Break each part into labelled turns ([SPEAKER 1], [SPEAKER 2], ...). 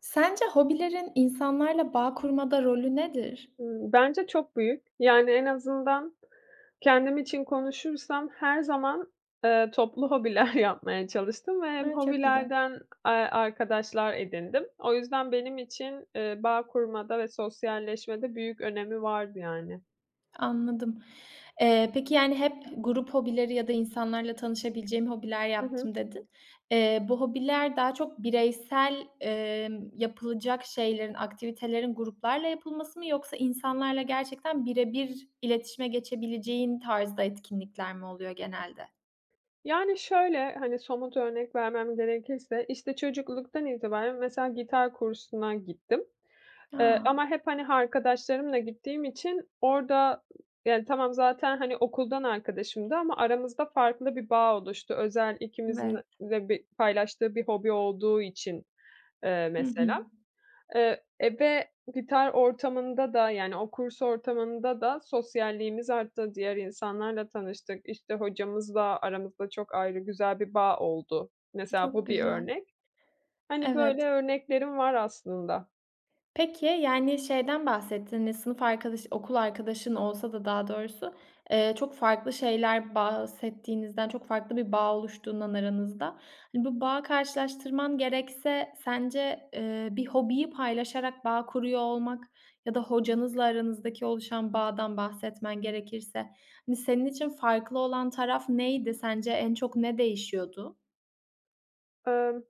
[SPEAKER 1] Sence hobilerin insanlarla bağ kurmada rolü nedir?
[SPEAKER 2] Bence çok büyük. Yani, en azından kendim için konuşursam her zaman, toplu hobiler yapmaya çalıştım ve hem
[SPEAKER 1] A, çok güzel.
[SPEAKER 2] hobilerden, arkadaşlar edindim. O yüzden benim için, bağ kurmada ve sosyalleşmede büyük önemi vardı yani.
[SPEAKER 1] Anladım. Peki, yani, hep grup hobileri ya da insanlarla tanışabileceğim hobiler
[SPEAKER 2] Hı hı.
[SPEAKER 1] yaptım dedin. Bu hobiler daha çok bireysel, yapılacak şeylerin, aktivitelerin gruplarla yapılması mı yoksa insanlarla gerçekten birebir iletişime geçebileceğin tarzda etkinlikler mi oluyor genelde?
[SPEAKER 2] Yani, şöyle, hani, somut örnek vermem gerekirse, işte, çocukluktan itibaren mesela gitar kursuna gittim.
[SPEAKER 1] A,
[SPEAKER 2] Ama hep, hani, arkadaşlarımla gittiğim için orada, yani, tamam zaten, hani, okuldan arkadaşımdı ama aramızda farklı bir bağ oluştu. Özel ikimizin
[SPEAKER 1] evet.
[SPEAKER 2] de bir paylaştığı bir hobi olduğu için,
[SPEAKER 1] Hı hı.
[SPEAKER 2] mesela. Ve gitar ortamında da, yani, o kurs ortamında da sosyalliğimiz arttı. Diğer insanlarla tanıştık. İşte, hocamızla aramızda çok ayrı güzel bir bağ oldu. Mesela
[SPEAKER 1] Çok
[SPEAKER 2] bu bir
[SPEAKER 1] güzel.
[SPEAKER 2] örnek. Hani, böyle
[SPEAKER 1] Evet.
[SPEAKER 2] örneklerim var aslında.
[SPEAKER 1] Peki, yani, şeyden bahsettin, hani, sınıf arkadaş, okul arkadaşın olsa da daha doğrusu, çok farklı şeyler bahsettiğinizden, çok farklı bir bağ oluştuğundan aranızda. Hani, bu bağı karşılaştırman gerekse sence, bir hobiyi paylaşarak bağ kuruyor olmak ya da hocanızla aranızdaki oluşan bağdan bahsetmen gerekirse, hani, senin için farklı olan taraf neydi? Sence en çok ne değişiyordu?
[SPEAKER 2] Emm,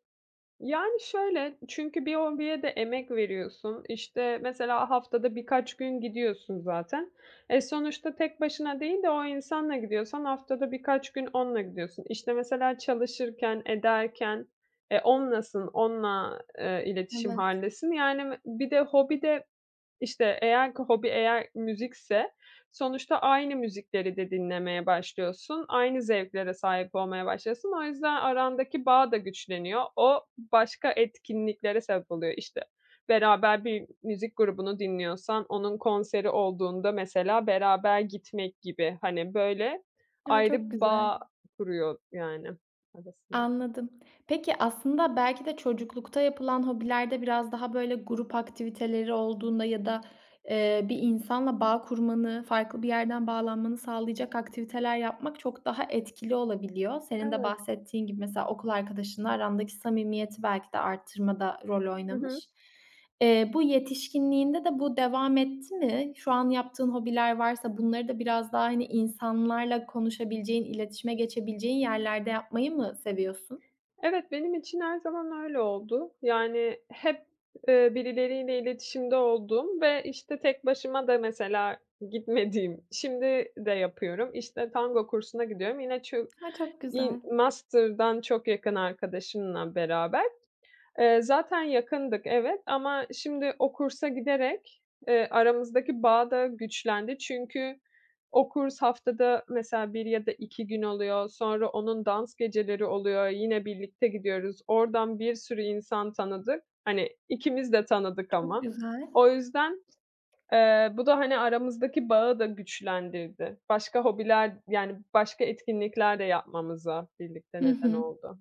[SPEAKER 2] yani, şöyle, çünkü bir hobiye de emek veriyorsun. İşte, mesela haftada birkaç gün gidiyorsun zaten. Sonuçta tek başına değil de o insanla gidiyorsan haftada birkaç gün onunla gidiyorsun. İşte, mesela çalışırken, ederken, onlasın, onunla, iletişim
[SPEAKER 1] Evet.
[SPEAKER 2] hâlindesin. Yani, bir de hobide. İşte, eğer ki hobi eğer müzikse sonuçta aynı müzikleri de dinlemeye başlıyorsun. Aynı zevklere sahip olmaya başlıyorsun. O yüzden arandaki bağ da güçleniyor. O başka etkinliklere sebep oluyor. İşte, beraber bir müzik grubunu dinliyorsan onun konseri olduğunda mesela beraber gitmek gibi. Hani, böyle
[SPEAKER 1] Ya,
[SPEAKER 2] ayrı
[SPEAKER 1] çok güzel.
[SPEAKER 2] bağ kuruyor yani arasında.
[SPEAKER 1] Anladım. Peki, aslında belki de çocuklukta yapılan hobilerde biraz daha böyle grup aktiviteleri olduğunda ya da, bir insanla bağ kurmanı, farklı bir yerden bağlanmanı sağlayacak aktiviteler yapmak çok daha etkili olabiliyor. Senin de
[SPEAKER 2] Evet.
[SPEAKER 1] bahsettiğin gibi mesela okul arkadaşınla arandaki samimiyeti belki de arttırmada rol
[SPEAKER 2] Hı hı.
[SPEAKER 1] oynamış. Bu yetişkinliğinde de bu devam etti mi? Şu an yaptığın hobiler varsa bunları da biraz daha, hani, insanlarla konuşabileceğin, iletişime geçebileceğin yerlerde yapmayı mı seviyorsun?
[SPEAKER 2] Evet, benim için her zaman öyle oldu. Yani hep, birileriyle iletişimde olduğum ve, işte, tek başıma da mesela gitmediğim, şimdi de yapıyorum. İşte, tango kursuna gidiyorum. Yine çok
[SPEAKER 1] Ha, çok güzel,
[SPEAKER 2] master'dan çok yakın arkadaşımla beraber. Zaten yakındık, evet ama şimdi o kursa giderek, aramızdaki bağ da güçlendi. Çünkü o kurs haftada mesela bir ya da 2 gün oluyor. Sonra onun dans geceleri oluyor. Yine birlikte gidiyoruz. Oradan bir sürü insan tanıdık. Hani, ikimiz de tanıdık
[SPEAKER 1] çok
[SPEAKER 2] ama.
[SPEAKER 1] güzel.
[SPEAKER 2] O yüzden, bu da, hani, aramızdaki bağı da güçlendirdi. Başka hobiler, yani, başka etkinlikler de yapmamıza birlikte
[SPEAKER 1] Hı
[SPEAKER 2] neden
[SPEAKER 1] hı.
[SPEAKER 2] oldu.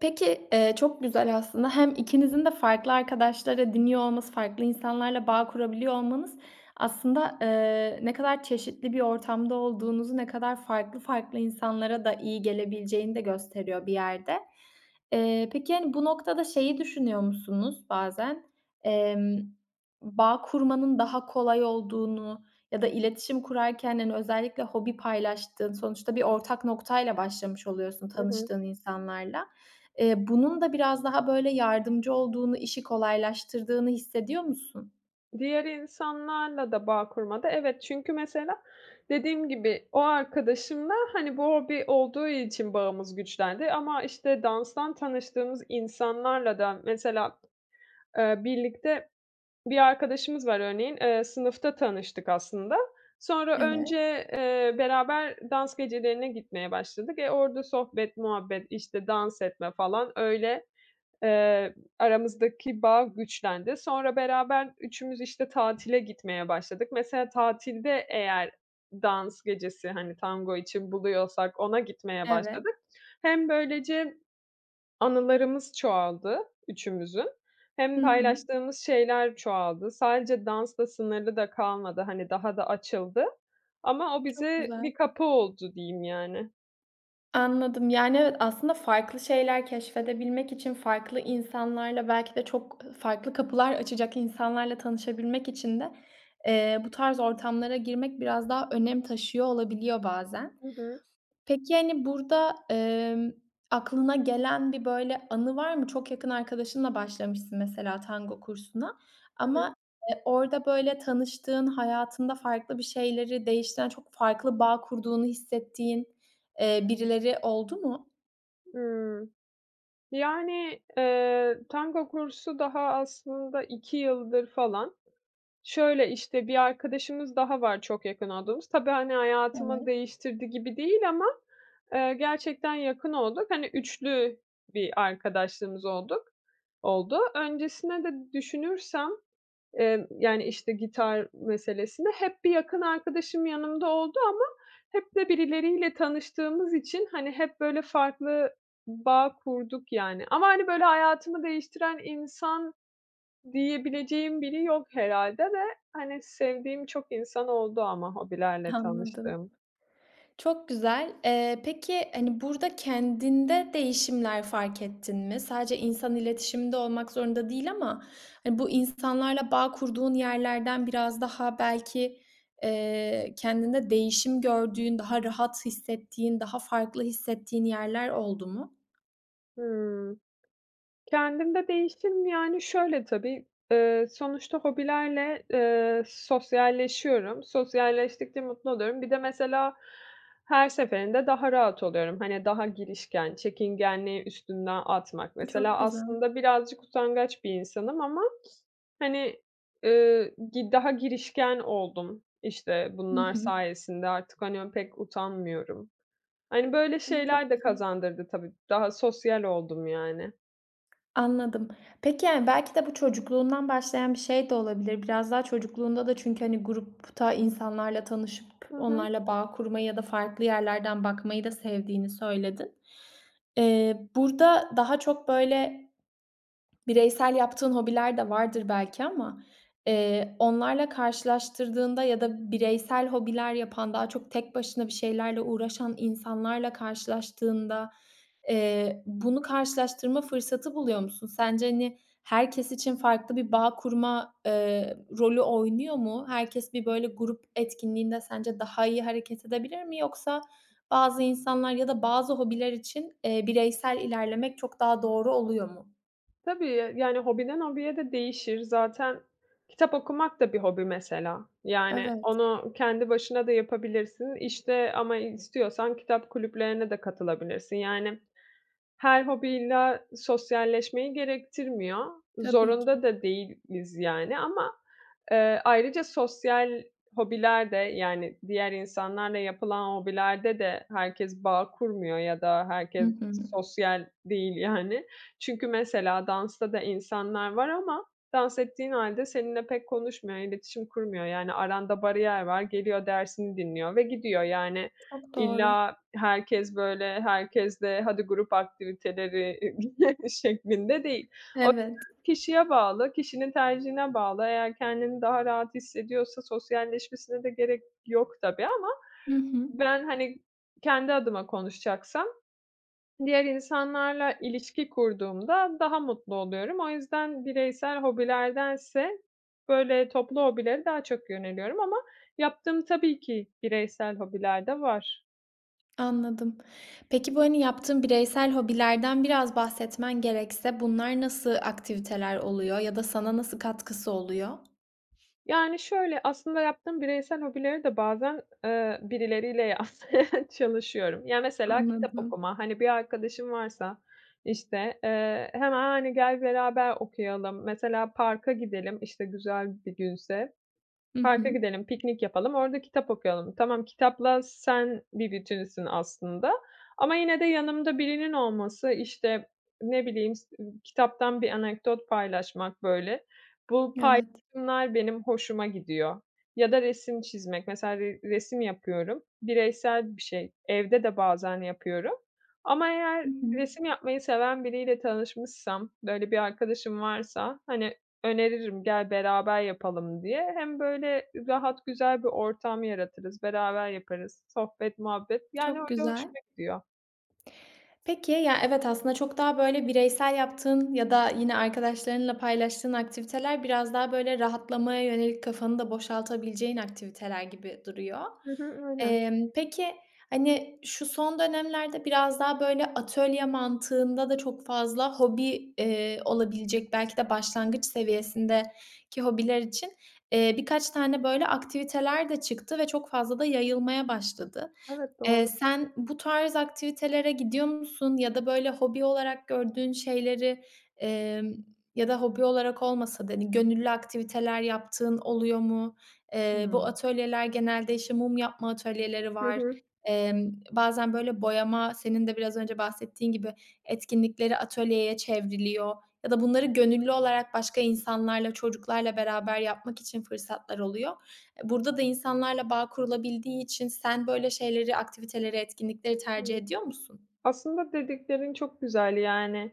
[SPEAKER 1] Peki, çok güzel aslında. Hem ikinizin de farklı arkadaşları dinliyor olması, farklı insanlarla bağ kurabiliyor olmanız aslında, ne kadar çeşitli bir ortamda olduğunuzu, ne kadar farklı farklı insanlara da iyi gelebileceğini de gösteriyor bir yerde. Peki, hani, bu noktada şeyi düşünüyor musunuz bazen? Emm, bağ kurmanın daha kolay olduğunu ya da iletişim kurarken, hani, özellikle hobi paylaştığın, sonuçta bir ortak noktayla başlamış oluyorsun
[SPEAKER 2] Hı hı.
[SPEAKER 1] tanıştığın insanlarla. Bunun da biraz daha böyle yardımcı olduğunu, işi kolaylaştırdığını hissediyor musun?
[SPEAKER 2] Diğer insanlarla da bağ kurmada evet, çünkü mesela dediğim gibi o arkadaşımla, hani, bu hobi olduğu için bağımız güçlendi ama, işte, danstan tanıştığımız insanlarla da mesela, birlikte bir arkadaşımız var örneğin, sınıfta tanıştık aslında. Sonra
[SPEAKER 1] Evet,
[SPEAKER 2] önce, beraber dans gecelerine gitmeye başladık. Orada sohbet, muhabbet, işte, dans etme falan öyle. Aramızdaki bağ güçlendi. Sonra beraber üçümüz, işte, tatile gitmeye başladık. Mesela tatilde eğer dans gecesi, hani, tango için buluyorsak ona gitmeye
[SPEAKER 1] evet.
[SPEAKER 2] başladık. Hem böylece anılarımız çoğaldı üçümüzün, hem
[SPEAKER 1] Hı hı.
[SPEAKER 2] paylaştığımız şeyler çoğaldı. Sadece dansla sınırlı da kalmadı, hani, daha da açıldı ama o
[SPEAKER 1] Çok
[SPEAKER 2] bize
[SPEAKER 1] güzel.
[SPEAKER 2] bir kapı oldu diyeyim yani.
[SPEAKER 1] Anladım. Yani, evet, aslında farklı şeyler keşfedebilmek için farklı insanlarla belki de çok, farklı kapılar açacak insanlarla tanışabilmek için de, bu tarz ortamlara girmek biraz daha önem taşıyor olabiliyor bazen.
[SPEAKER 2] Hı hı.
[SPEAKER 1] Peki, yani burada, aklına gelen bir, böyle, anı var mı? Çok yakın arkadaşınla başlamışsın mesela tango kursuna
[SPEAKER 2] Hı hı.
[SPEAKER 1] ama, orada, böyle, tanıştığın, hayatında farklı bir şeyleri değiştiren, çok farklı bağ kurduğunu hissettiğin, birileri oldu mu?
[SPEAKER 2] Iıı. Yani, tango kursu daha aslında 2 yıldır falan. Şöyle, işte, bir arkadaşımız daha var çok yakın olduğumuz. Tabii, hani, hayatımı
[SPEAKER 1] Evet.
[SPEAKER 2] değiştirdi gibi değil ama, gerçekten yakın olduk. Hani, üçlü bir arkadaşlığımız oldu. Öncesine de düşünürsem yani, işte, gitar meselesinde hep bir yakın arkadaşım yanımda oldu ama hep de birileriyle tanıştığımız için, hani, hep böyle farklı bağ kurduk, yani. Ama, hani, böyle hayatımı değiştiren insan diyebileceğim biri yok herhâlde ve, hani, sevdiğim çok insan oldu ama hobilerle
[SPEAKER 1] Anladım.
[SPEAKER 2] tanıştığım.
[SPEAKER 1] Çok güzel. Peki, hani, burada kendinde değişimler fark ettin mi? Sadece insan iletişiminde olmak zorunda değil ama, hani, bu insanlarla bağ kurduğun yerlerden biraz daha belki, kendinde değişim gördüğün, daha rahat hissettiğin, daha farklı hissettiğin yerler oldu mu?
[SPEAKER 2] Hıı. Kendimde değişim, yani, şöyle tabii, sonuçta hobilerle, sosyalleşiyorum. Sosyalleştikçe mutlu oluyorum. Bir de mesela her seferinde daha rahat oluyorum. Hani, daha girişken, çekingenliği üstümden atmak. Mesela
[SPEAKER 1] Çok güzel.
[SPEAKER 2] aslında birazcık utangaç bir insanım ama, hani, gi daha girişken oldum, işte,
[SPEAKER 1] Hı
[SPEAKER 2] bunlar
[SPEAKER 1] hı.
[SPEAKER 2] sayesinde. Artık, hani, pek utanmıyorum. Hani, böyle şeyler
[SPEAKER 1] Çok
[SPEAKER 2] de
[SPEAKER 1] güzel.
[SPEAKER 2] kazandırdı tabii. Daha sosyal oldum yani.
[SPEAKER 1] Anladım. Peki, yani, belki de bu çocukluğundan başlayan bir şey de olabilir. Biraz daha çocukluğunda da çünkü, hani, grupta insanlarla tanışıp
[SPEAKER 2] Hı hı.
[SPEAKER 1] onlarla bağ kurmayı ya da farklı yerlerden bakmayı da sevdiğini söyledin. Burada daha çok, böyle, bireysel yaptığın hobiler de vardır belki ama, onlarla karşılaştırdığında ya da bireysel hobiler yapan, daha çok tek başına bir şeylerle uğraşan insanlarla karşılaştığında, bunu karşılaştırma fırsatı buluyor musun? Sence, hani, herkes için farklı bir bağ kurma, rolü oynuyor mu? Herkes bir böyle grup etkinliğinde sence daha iyi hareket edebilir mi? Yoksa bazı insanlar ya da bazı hobiler için, bireysel ilerlemek çok daha doğru oluyor mu?
[SPEAKER 2] Tabii, yani hobiden hobiye de değişir. Zaten kitap okumak da bir hobi mesela. Yani
[SPEAKER 1] Evet.
[SPEAKER 2] onu kendi başına da yapabilirsin. İşte ama istiyorsan kitap kulüplerine de katılabilirsin. Yani her hobi illa sosyalleşmeyi gerektirmiyor.
[SPEAKER 1] Tabii
[SPEAKER 2] Zorunda
[SPEAKER 1] ki.
[SPEAKER 2] da değiliz yani ama, ayrıca sosyal hobilerde yani diğer insanlarla yapılan hobilerde de herkes bağ kurmuyor ya da
[SPEAKER 1] Hı
[SPEAKER 2] herkes
[SPEAKER 1] hı.
[SPEAKER 2] sosyal değil yani. Çünkü mesela dansta da insanlar var ama dans ettiğin halde seninle pek konuşmuyor, iletişim kurmuyor. Yani aranda bariyer var, geliyor dersini dinliyor ve gidiyor. Yani
[SPEAKER 1] Çok doğru.
[SPEAKER 2] illa herkes, böyle, herkes de hadi grup aktiviteleri şeklinde değil. O
[SPEAKER 1] Evet.
[SPEAKER 2] kişiye bağlı, kişinin tercihine bağlı. Eğer kendini daha rahat hissediyorsa sosyalleşmesine de gerek yok tabii ama
[SPEAKER 1] Hı hı.
[SPEAKER 2] ben, hani, kendi adıma konuşacaksam diğer insanlarla ilişki kurduğumda daha mutlu oluyorum. O yüzden bireysel hobilerdense böyle toplu hobilere daha çok yöneliyorum ama yaptığım tabii ki bireysel hobiler de var.
[SPEAKER 1] Anladım. Peki, bu, hani, yaptığın bireysel hobilerden biraz bahsetmen gerekse bunlar nasıl aktiviteler oluyor ya da sana nasıl katkısı oluyor?
[SPEAKER 2] Yani şöyle, aslında yaptığım bireysel hobileri de bazen, birileriyle yapmaya çalışıyorum. Ya, mesela kitap
[SPEAKER 1] Anladım.
[SPEAKER 2] okuma. Hani, bir arkadaşım varsa, işte, hemen, hani, "Gel beraber okuyalım." Mesela parka gidelim, işte, güzel bir günse.
[SPEAKER 1] Hı
[SPEAKER 2] Parka
[SPEAKER 1] hı.
[SPEAKER 2] gidelim, piknik yapalım, orada kitap okuyalım. Tamam, kitapla sen bir bütünsün aslında ama yine de yanımda birinin olması, işte, ne bileyim, kitaptan bir anekdot paylaşmak, böyle. Bu
[SPEAKER 1] Evet.
[SPEAKER 2] paylaşımlar benim hoşuma gidiyor. Ya da resim çizmek. Mesela resim yapıyorum. Bireysel bir şey. Evde de bazen yapıyorum ama
[SPEAKER 1] Hı
[SPEAKER 2] eğer
[SPEAKER 1] hı.
[SPEAKER 2] resim yapmayı seven biriyle tanışmışsam, böyle bir arkadaşım varsa, hani, öneririm, "Gel beraber yapalım." diye. Hem böyle rahat, güzel bir ortam yaratırız, beraber yaparız, sohbet, muhabbet. Yani
[SPEAKER 1] Çok
[SPEAKER 2] öyle
[SPEAKER 1] güzel.
[SPEAKER 2] hoşuma gidiyor.
[SPEAKER 1] Peki, ya, evet, aslında çok daha, böyle, bireysel yaptığın ya da yine arkadaşlarınla paylaştığın aktiviteler biraz daha, böyle, rahatlamaya yönelik kafanı da boşaltabileceğin aktiviteler gibi duruyor.
[SPEAKER 2] Hı hı, aynen.
[SPEAKER 1] Peki, hani, şu son dönemlerde biraz daha, böyle, atölye mantığında da çok fazla hobi, olabilecek belki de başlangıç seviyesindeki hobiler için, birkaç tane, böyle, aktiviteler de çıktı ve çok fazla da yayılmaya başladı.
[SPEAKER 2] Evet, doğru.
[SPEAKER 1] Sen bu tarz aktivitelere gidiyor musun ya da böyle hobi olarak gördüğün şeyleri, emm, ya da hobi olarak olmasa da, hani, gönüllü aktiviteler yaptığın oluyor mu? Bu
[SPEAKER 2] Hımm.
[SPEAKER 1] atölyeler genelde, işte, mum yapma atölyeleri
[SPEAKER 2] Hı
[SPEAKER 1] var.
[SPEAKER 2] hı.
[SPEAKER 1] Bazen böyle boyama, senin de biraz önce bahsettiğin gibi etkinlikleri atölyeye çevriliyor ya da bunları gönüllü olarak başka insanlarla, çocuklarla beraber yapmak için fırsatlar oluyor. Burada da insanlarla bağ kurulabildiği için sen böyle şeyleri, aktiviteleri, etkinlikleri tercih
[SPEAKER 2] Hımm.
[SPEAKER 1] ediyor musun?
[SPEAKER 2] Aslında dediklerin çok güzel, yani.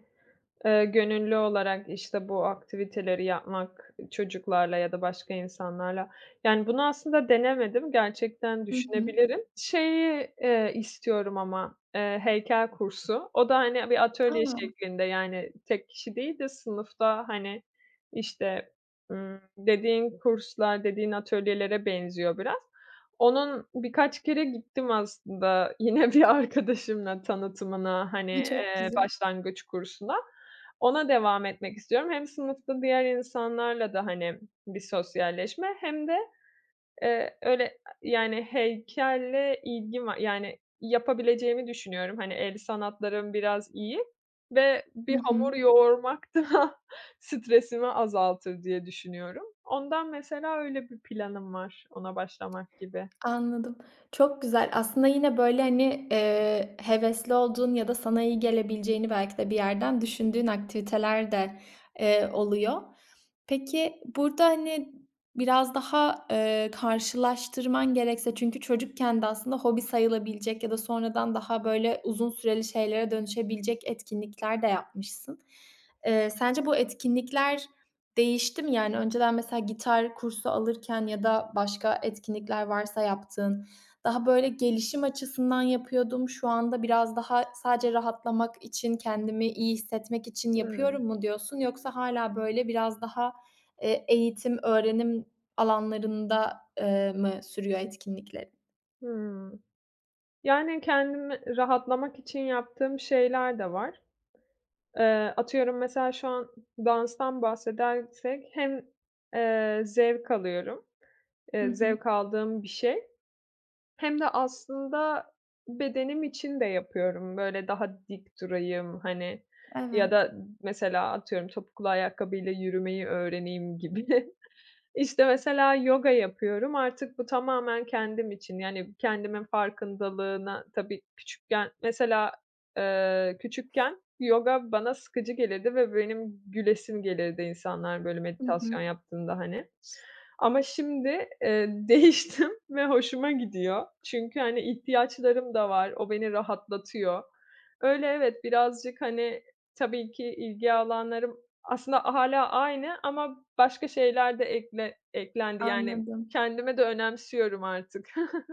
[SPEAKER 2] Gönüllü olarak, işte, bu aktiviteleri yapmak, çocuklarla ya da başka insanlarla. Yani, bunu aslında denemedim. Gerçekten
[SPEAKER 1] Hı hı.
[SPEAKER 2] düşünebilirim. Şeyi, istiyorum ama, heykel kursu. O da, hani, bir atölye
[SPEAKER 1] A!
[SPEAKER 2] şeklinde, yani, tek kişi değil de sınıfta, hani, işte, dediğin kurslar, dediğin atölyelere benziyor biraz. Onun birkaç kere gittim aslında yine bir arkadaşımla tanıtımına, hani,
[SPEAKER 1] Çok güzel.
[SPEAKER 2] başlangıç kursuna. Ona devam etmek istiyorum. Hem sınıfta diğer insanlarla da, hani, bir sosyalleşme hem de, öyle, yani, heykelle ilgim var. Yani, yapabileceğimi düşünüyorum. Hani, el sanatlarım biraz iyi ve
[SPEAKER 1] Hı
[SPEAKER 2] bir
[SPEAKER 1] hı.
[SPEAKER 2] hamur yoğurmak da stresimi azaltır diye düşünüyorum. Ondan mesela öyle bir planım var, ona başlamak gibi.
[SPEAKER 1] Anladım. Çok güzel. Aslında yine, böyle, hani, hevesli olduğun ya da sana iyi gelebileceğini belki de bir yerden düşündüğün aktiviteler de, oluyor. Peki, burada, hani, biraz daha, karşılaştırman gerekse çünkü çocukken de aslında hobi sayılabilecek ya da sonradan daha, böyle, uzun süreli şeylere dönüşebilecek etkinlikler de yapmışsın. Sence bu etkinlikler değiştim. Yani, önceden mesela gitar kursu alırken ya da başka etkinlikler varsa yaptığın, daha böyle gelişim açısından yapıyordum, şu anda biraz daha sadece rahatlamak için, kendimi iyi hissetmek için
[SPEAKER 2] Hıı.
[SPEAKER 1] yapıyorum mu diyorsun? Yoksa hala böyle biraz daha, eğitim, öğrenim alanlarında, mı sürüyor etkinliklerin?
[SPEAKER 2] Hıı. Yani, kendimi rahatlamak için yaptığım şeyler de var. Atıyorum mesela şu an danstan bahsedersek hem, zevk alıyorum,
[SPEAKER 1] Hı hı.
[SPEAKER 2] zevk aldığım bir şey hem de aslında bedenim için de yapıyorum. Böyle daha dik durayım, hani, ya
[SPEAKER 1] Evet.
[SPEAKER 2] da mesela atıyorum topuklu ayakkabıyla yürümeyi öğreneyim gibi. İşte, mesela yoga yapıyorum. Artık bu tamamen kendim için, yani, kendimin farkındalığına. Tabii küçükken mesela, küçükken yoga bana sıkıcı gelirdi ve benim gülesim gelirdi insanlar böyle
[SPEAKER 1] Hı hı.
[SPEAKER 2] meditasyon yaptığında, hani. Ama şimdi, değiştim ve hoşuma gidiyor. Çünkü, hani, ihtiyaçlarım da var. O beni rahatlatıyor. Öyle, evet. Birazcık, hani, tabii ki ilgi alanlarım aslında hâlâ aynı ama başka şeyler de eklendi. Yani
[SPEAKER 1] Anladım.
[SPEAKER 2] kendime de önemsiyorum artık.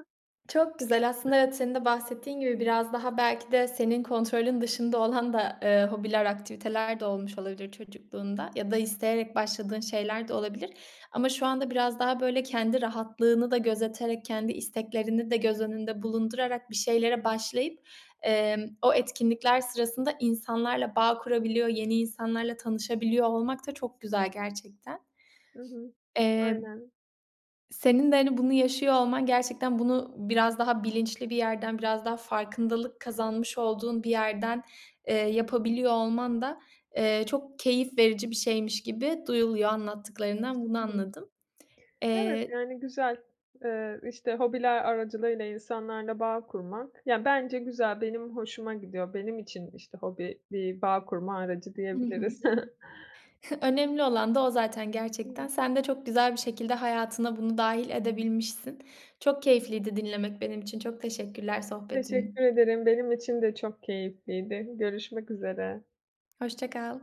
[SPEAKER 1] Çok güzel. Aslında evet, senin de bahsettiğin gibi biraz daha belki de senin kontrolün dışında olan da, hobiler, aktiviteler de olmuş olabilir çocukluğunda ya da isteyerek başladığın şeyler de olabilir. Ama şu anda biraz daha böyle kendi rahatlığını da gözeterek, kendi isteklerini de göz önünde bulundurarak bir şeylere başlayıp, o etkinlikler sırasında insanlarla bağ kurabiliyor, yeni insanlarla tanışabiliyor olmak da çok güzel gerçekten.
[SPEAKER 2] Hı hı.
[SPEAKER 1] Eee
[SPEAKER 2] Aynen.
[SPEAKER 1] senin de, hani, bunu yaşıyor olman gerçekten bunu biraz daha bilinçli bir yerden, biraz daha farkındalık kazanmış olduğun bir yerden, yapabiliyor olman da, çok keyif verici bir şeymiş gibi duyuluyor anlattıklarından bunu
[SPEAKER 2] Hı hı.
[SPEAKER 1] anladım.
[SPEAKER 2] Evet,
[SPEAKER 1] Eee
[SPEAKER 2] yani güzel. İşte, hobiler aracılığıyla insanlarla bağ kurmak, ya, bence güzel, benim hoşuma gidiyor. Benim için, işte, hobi bir bağ kurma aracı
[SPEAKER 1] Hı hı.
[SPEAKER 2] diyebiliriz.
[SPEAKER 1] Önemli olan da o zaten
[SPEAKER 2] Hıı.
[SPEAKER 1] gerçekten. Sen de çok güzel bir şekilde hayatına bunu dahil edebilmişsin. Çok keyifliydi dinlemek benim için. Çok teşekkürler sohbetin.
[SPEAKER 2] Teşekkür ederim. Benim için de çok keyifliydi. Görüşmek üzere.
[SPEAKER 1] Hoşça kal.